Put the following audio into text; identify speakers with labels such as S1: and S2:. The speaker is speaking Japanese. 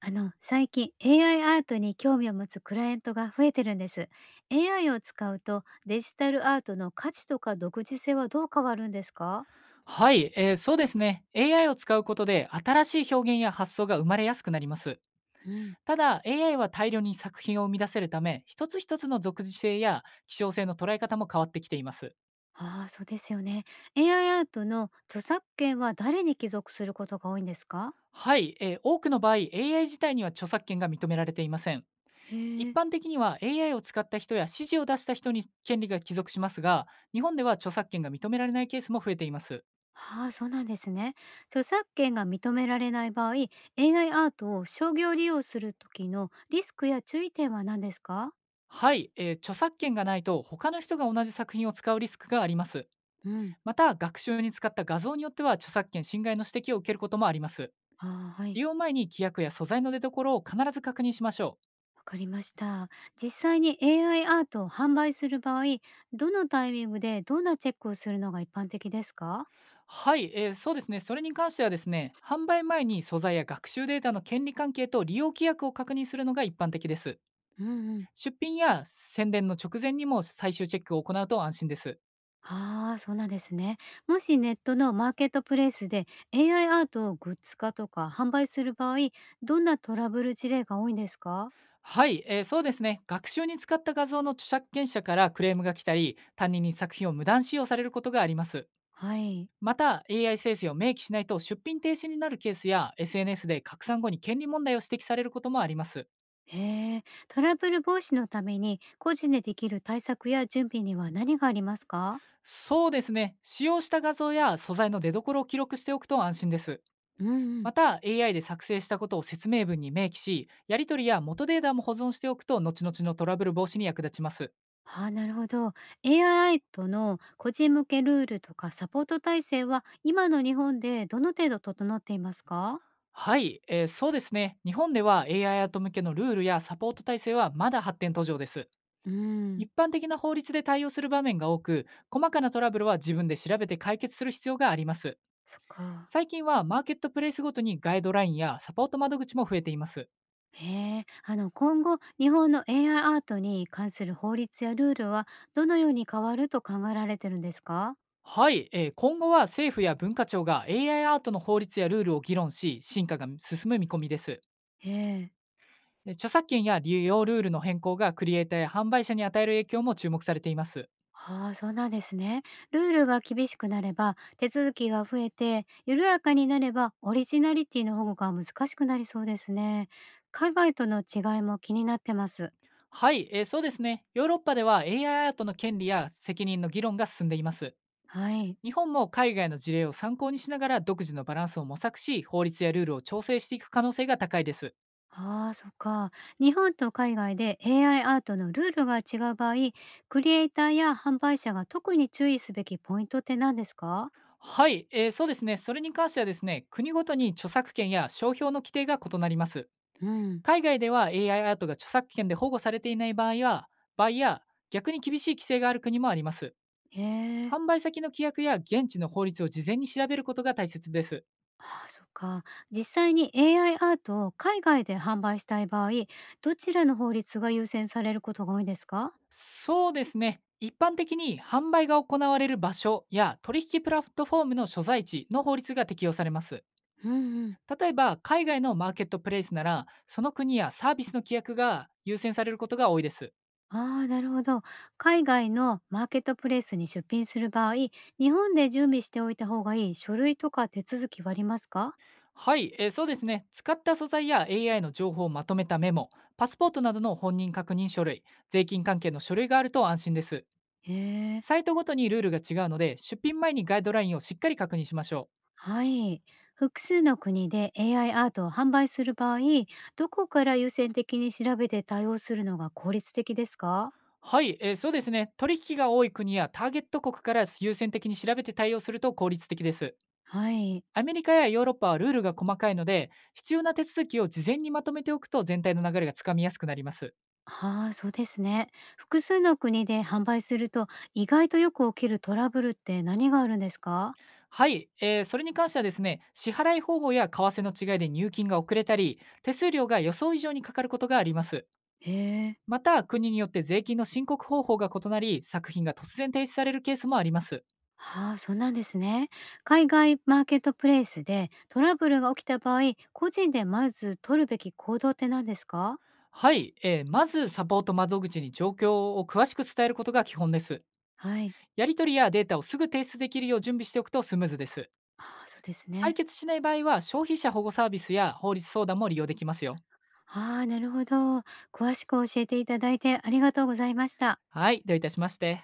S1: 最近 AI アイアートに興味を持つクライアントが増えてるんです。AI を使うとデジタルアートの価値とか独自性はどう変わるんですか？
S2: はい、そうですね。AI を使うことで新しい表現や発想が生まれやすくなります。
S1: うん、
S2: ただ、AI は大量に作品を生み出せるため、一つ一つの属性や希少性の捉え方も変わってきています。
S1: ああー、そうですよね。AI アイアートの著作権は誰に帰属することが多いんですか？
S2: はい、多くの場合、AI 自体には著作権が認められていません。
S1: へ
S2: 一
S1: え。
S2: 般的には AI を使った人や指示を出した人に権利が帰属しますが、日本では著作権が認められないケースも増えています。
S1: ああ、そうなんですね。著作権が認められない場合、AI アイアートを商業利用する時のリスクや注意点は何ですか？
S2: はい、著作権がないと他の人が同じ作品を使うリスクがあります。
S1: うん。
S2: また、学習に使った画像によっては著作権侵害の指摘を受けることもあります。
S1: ああー、はい。
S2: 利用前に規約や素材の出所を必ず確認しましょ
S1: わかりました。実際に AI アイアートを販売する場合、どのタイミングでどんなチェックをするのが一般的ですか？
S2: う。はい、そうですね。それに関してはですね、販売前に素材や学習データの権利関係と利用規約を確認するのが一般的です。
S1: うんうん。
S2: 出品や宣伝の直前にも最終チェックを行うと安心です。
S1: ああ、そうなんですね。もしネットのマーケットプレイスで AI アイアートをグッズ化とか販売する場合、どんなトラブル事例が多いんですか？
S2: はい、そうですね。学習に使った画像の著作権者からクレームが来たり、担任に作品を無断使用されることがあります。
S1: はい。
S2: また AI 生成を明記しないと出品停止になるケースや SNS で拡散後に権利問題を指摘されることもあります。
S1: へえ、トラブル防止のために個人でできる対策や準備には何がありますか？
S2: そうですね、使用した画像や素材の出所を記録しておくと安心です。
S1: うんう
S2: ま
S1: ん。
S2: た AI で作成したことを説明文に明記し、やり取りや元データも保存しておくと後々のトラブル防止に役立ちます。
S1: ああ、なるほど。AI との個人向けルールとかサポート体制は今の日本でどの程度整っていますか？
S2: はい、そうですね。日本では AI アイアート向けのルールやサポート体制はまだ発展途上です。
S1: う
S2: 一
S1: ん、
S2: 般的な法律で対応する場面が多く、細かなトラブルは自分で調べて解決する必要があります。
S1: そっか。
S2: 最近はマーケットプレイスごとにガイドラインやサポート窓口も増えています。
S1: へえ、今後日本の AI アイアートに関する法律やルールはどのように変わると考えられてるんですか？
S2: はい、今後は政府や文化庁が AI アイアートの法律やルールを議論し、進化が進む見込みです。
S1: ええ。
S2: 著作権や利用ルールの変更がクリエイターや販売者に与える影響も注目されています。
S1: ああ、そうなんですね。ルールが厳しくなれば手続きが増えて緩やかになればオリジナリティの保護が難しくなりそうですね。海外との違いも気になってます。
S2: はい、そうですね。ヨーロッパでは AI アイアートの権利や責任の議論が進んでいます。
S1: はい。
S2: 日本も海外の事例を参考にしながら独自のバランスを模索し、法律やルールを調整していく可能性が高いです。
S1: ああ、そっか。日本と海外で AI アイアートのルールが違う場合、クリエイターや販売者が特に注意すべきポイントって何ですか？
S2: はい、そうですね。それに関してはですね、国ごとに著作権や商標の規定が異なります。
S1: うん、
S2: 海外では AI アイアートが著作権で保護されていない場合は場合や逆に厳しい規制がある国もあります。
S1: へえ。
S2: 販売先の規約や現地の法律を事前に調べることが大切です。
S1: ああ、そっか。実際に AI アイアートを海外で販売したい場合、どちらの法律が優先されることが多いですか？
S2: そうですね、一般的に販売が行われる場所や取引プラットフォームの所在地の法律が適用されます。
S1: うん、うん。
S2: 例えば、海外のマーケットプレイスなら、その国やサービスの規約が優先されることが多いです。
S1: ああ、なるほど。海外のマーケットプレイスに出品する場合、日本で準備しておいた方がいい書類とか手続きはありますか？
S2: はい、そうですね。使った素材や AI の情報をまとめたメモ、パスポートなどの本人確認書類、税金関係の書類があると安心です。
S1: へえ。
S2: サイトごとにルールが違うので、出品前にガイドラインをしっかり確認しましょ
S1: はい。複数の国で AI アイアートを販売する場合、どこから優先的に調べて対応するのが効率的です
S2: う。
S1: か？
S2: はい、そうですね。取引が多い国やターゲット国から優先的に調べて対応すると効率的です。
S1: はい。
S2: アメリカやヨーロッパはルールが細かいので、必要な手続きを事前にまとめておくと全体の流れがつかみやすくなります。
S1: ああ、そうですね。複数の国で販売すると意外とよく起きるトラブルって何があるんですか？
S2: はい、それに関してはですね、支払い方法や為替の違いで入金が遅れたり、手数料が予想以上にかかることがあります。
S1: へえ。
S2: また、国によって税金の申告方法が異なり、作品が突然停止されるケースもあります。
S1: ああ、そうなんですね。海外マーケットプレイスでトラブルが起きた場合、個人でまず取るべき行動って何ですか？
S2: はい、まずサポート窓口に状況を詳しく伝えることが基本です。
S1: はい。
S2: やり取りやデータをすぐ提出できるよう準備しておくとスムーズです。
S1: ああ、そうです
S2: 解
S1: ね。
S2: 決しない場合は、消費者保護サービスや法律相談も利用できますよ。
S1: ああ、なるほど。詳しく教えていただいてありがとうございました。
S2: はい、どういたしまして。